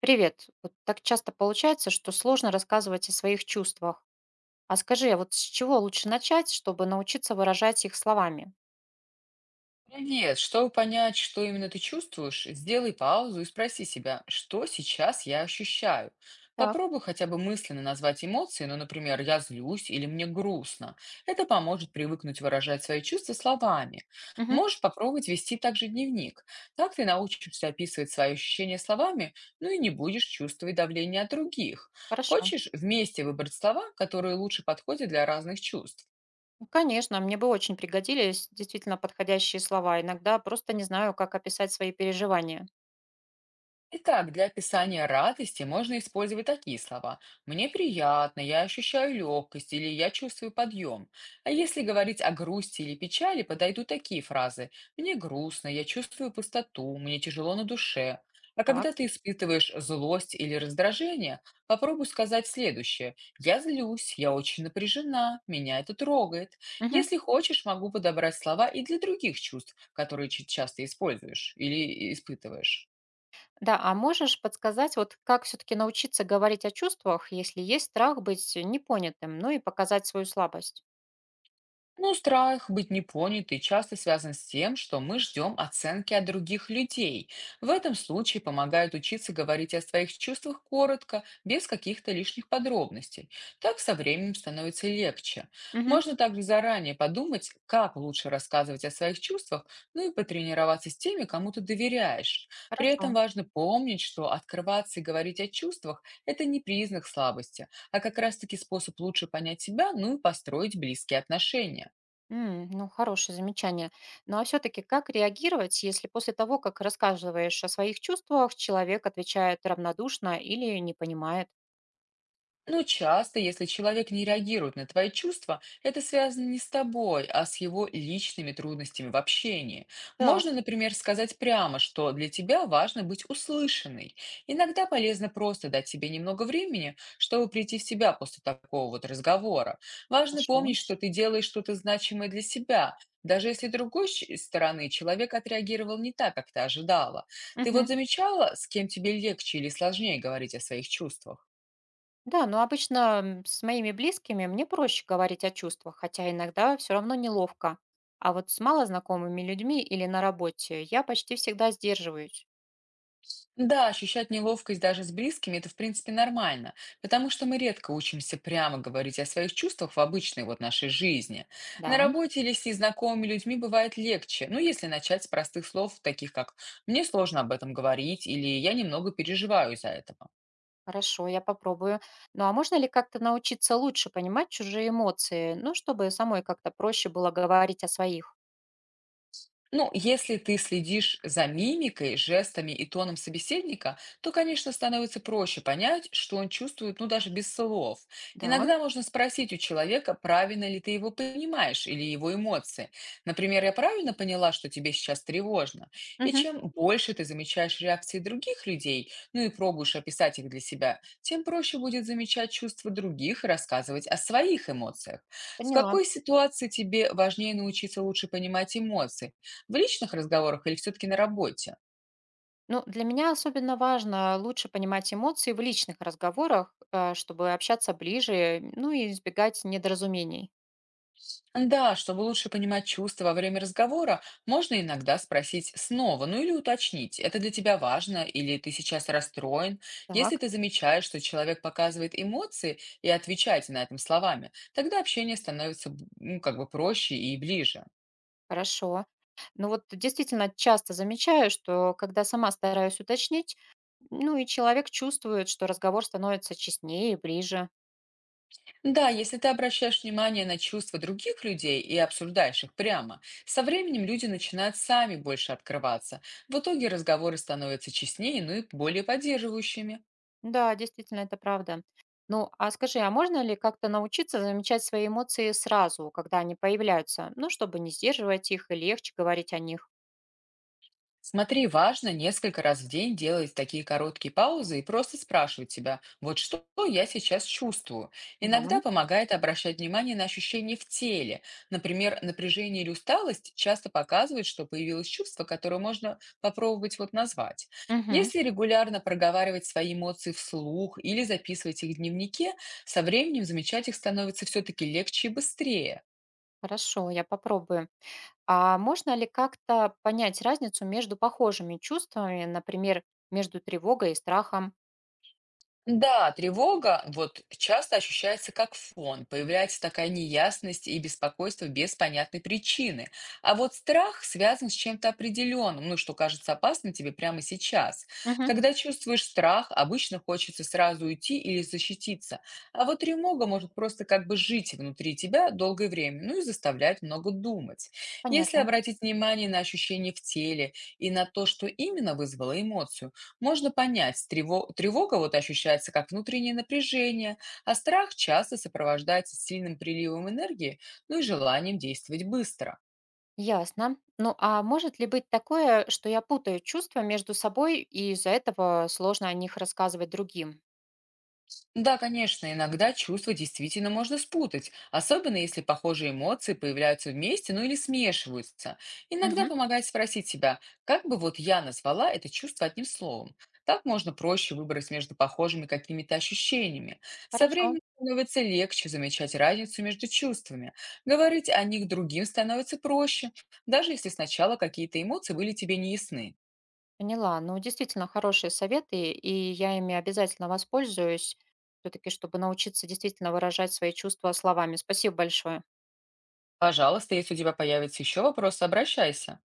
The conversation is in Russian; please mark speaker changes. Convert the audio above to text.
Speaker 1: Привет. Вот так часто получается, что сложно рассказывать о своих чувствах. А скажи, а вот с чего лучше начать, чтобы научиться выражать их словами?
Speaker 2: Привет! Чтобы понять, что именно ты чувствуешь, сделай паузу и спроси себя, что сейчас я ощущаю.
Speaker 1: Так.
Speaker 2: Попробуй хотя бы мысленно назвать эмоции, ну, например, «я злюсь» или «мне грустно». Это поможет привыкнуть выражать свои чувства словами.
Speaker 1: Мгм.
Speaker 2: Можешь попробовать вести также дневник. Так ты научишься описывать свои ощущения словами, ну и не будешь чувствовать давление от других.
Speaker 1: Хорошо.
Speaker 2: Хочешь вместе выбрать слова, которые лучше подходят для разных чувств?
Speaker 1: Ну, конечно, мне бы очень пригодились действительно подходящие слова. Иногда просто не знаю, как описать свои переживания.
Speaker 2: Итак, для описания радости можно использовать такие слова. «Мне приятно», «Я ощущаю легкость» или «Я чувствую подъем». А если говорить о грусти или печали, подойдут такие фразы. «Мне грустно», «Я чувствую пустоту», «Мне тяжело на душе». А
Speaker 1: Так.
Speaker 2: когда ты испытываешь злость или раздражение, попробуй сказать следующее. «Я злюсь», «Я очень напряжена», «Меня это трогает».
Speaker 1: Мгм.
Speaker 2: Если хочешь, могу подобрать слова и для других чувств, которые часто используешь или испытываешь.
Speaker 1: Да, а можешь подсказать, вот как все-таки научиться говорить о чувствах, если есть страх быть непонятым, ну и показать свою слабость?
Speaker 2: Ну, страх быть непонятой часто связан с тем, что мы ждем оценки от других людей. В этом случае помогает учиться говорить о своих чувствах коротко, без каких-то лишних подробностей. Так со временем становится легче.
Speaker 1: Мгм.
Speaker 2: Можно также заранее подумать, как лучше рассказывать о своих чувствах, ну и потренироваться с теми, кому ты доверяешь. При
Speaker 1: Хорошо.
Speaker 2: этом важно помнить, что открываться и говорить о чувствах– это не признак слабости, а как раз-таки способ лучше понять себя, ну и построить близкие отношения.
Speaker 1: Ну, хорошее замечание. Ну, а все-таки как реагировать, если после того, как рассказываешь о своих чувствах, человек отвечает равнодушно или не понимает?
Speaker 2: Ну, часто, если человек не реагирует на твои чувства, это связано не с тобой, а с его личными трудностями в общении.
Speaker 1: Так.
Speaker 2: Можно, например, сказать прямо, что для тебя важно быть услышанной. Иногда полезно просто дать себе немного времени, чтобы прийти в себя после такого вот разговора. Важно
Speaker 1: Хорошо.
Speaker 2: помнить, что ты делаешь что-то значимое для себя, даже если стороны человек отреагировал не так, как ты ожидала. Ты вот
Speaker 1: Мгм.
Speaker 2: замечала, с кем тебе легче или сложнее говорить о своих чувствах?
Speaker 1: Да, но обычно с моими близкими мне проще говорить о чувствах, хотя иногда все равно неловко. А вот с малознакомыми людьми или на работе я почти всегда сдерживаюсь.
Speaker 2: Да, ощущать неловкость даже с близкими– это, в принципе, нормально, потому что мы редко учимся прямо говорить о своих чувствах в обычной вот нашей жизни. На
Speaker 1: Да,
Speaker 2: работе или с незнакомыми людьми бывает легче, ну, если начать с простых слов, таких как «мне сложно об этом говорить» или «я немного переживаю из-за этого».
Speaker 1: хорошо, я попробую. Ну а можно ли как-то научиться лучше понимать чужие эмоции, ну, чтобы самой как-то проще было говорить о своих?
Speaker 2: Ну, если ты следишь за мимикой, жестами и тоном собеседника, то, конечно, становится проще понять, что он чувствует, ну, даже без слов.
Speaker 1: Да.
Speaker 2: Иногда можно спросить у человека, правильно ли ты его понимаешь или его эмоции. Например, я правильно поняла, что тебе сейчас тревожно? И
Speaker 1: Мгм.
Speaker 2: чем больше ты замечаешь реакции других людей, ну и пробуешь описать их для себя, тем проще будет замечать чувства других и рассказывать о своих эмоциях. В
Speaker 1: Поняла.
Speaker 2: какой ситуации тебе важнее научиться лучше понимать эмоции? В личных разговорах или все-таки на работе?
Speaker 1: Ну, для меня особенно важно лучше понимать эмоции в личных разговорах, чтобы общаться ближе, ну и избегать недоразумений.
Speaker 2: Да, чтобы лучше понимать чувства во время разговора, можно иногда спросить снова, ну или уточнить, это для тебя важно или ты сейчас расстроен. Если
Speaker 1: Так,
Speaker 2: ты замечаешь, что человек показывает эмоции и отвечаете на этом словами, тогда общение становится ну, как бы проще и ближе.
Speaker 1: хорошо. Ну вот действительно часто замечаю, что когда сама стараюсь уточнить, ну и человек чувствует, что разговор становится честнее и ближе.
Speaker 2: Да, если ты обращаешь внимание на чувства других людей и обсуждаешь их прямо, со временем люди начинают сами больше открываться. В итоге разговоры становятся честнее, ну и более поддерживающими.
Speaker 1: Да, действительно, это правда. Ну, а скажи, а можно ли как-то научиться замечать свои эмоции сразу, когда они появляются? Ну, чтобы не сдерживать их и легче говорить о них.
Speaker 2: Смотри, важно несколько раз в день делать такие короткие паузы и просто спрашивать себя, вот что я сейчас чувствую.
Speaker 1: Да.
Speaker 2: Иногда помогает обращать внимание на ощущения в теле. Например, напряжение или усталость часто показывает, что появилось чувство, которое можно попробовать вот назвать.
Speaker 1: Мгм.
Speaker 2: Если регулярно проговаривать свои эмоции вслух или записывать их в дневнике, со временем замечать их становится все-таки легче и быстрее.
Speaker 1: Хорошо, я попробую. А можно ли как-то понять разницу между похожими чувствами, например, между тревогой и страхом?
Speaker 2: Да, тревога вот часто ощущается как фон, появляется такая неясность и беспокойство без понятной причины. А вот страх связан с чем-то определенным, ну, что кажется опасным тебе прямо сейчас.
Speaker 1: Мгм.
Speaker 2: Когда чувствуешь страх, обычно хочется сразу уйти или защититься. А вот тревога может просто как бы жить внутри тебя долгое время, ну и заставлять много думать. Если
Speaker 1: Понятно.
Speaker 2: обратить внимание на ощущения в теле и на то, что именно вызвало эмоцию, можно понять, тревога вот ощущается как внутреннее напряжение, а страх часто сопровождается сильным приливом энергии, ну и желанием действовать быстро.
Speaker 1: Ясно. Ну а может ли быть такое, что я путаю чувства между собой, и из-за этого сложно о них рассказывать другим?
Speaker 2: Да, конечно, иногда чувства действительно можно спутать, особенно если похожие эмоции появляются вместе, ну или смешиваются. Иногда
Speaker 1: Мгм.
Speaker 2: помогает спросить себя, как бы вот я назвала это чувство одним словом. Так можно проще выбрать между похожими какими-то ощущениями. Со
Speaker 1: Хорошо,
Speaker 2: временем становится легче замечать разницу между чувствами. Говорить о них другим становится проще, даже если сначала какие-то эмоции были тебе неясны.
Speaker 1: поняла. Ну, действительно, хорошие советы, и я ими обязательно воспользуюсь, все-таки, чтобы научиться действительно выражать свои чувства словами. Спасибо большое.
Speaker 2: Пожалуйста, если у тебя появятся еще вопросы, обращайся.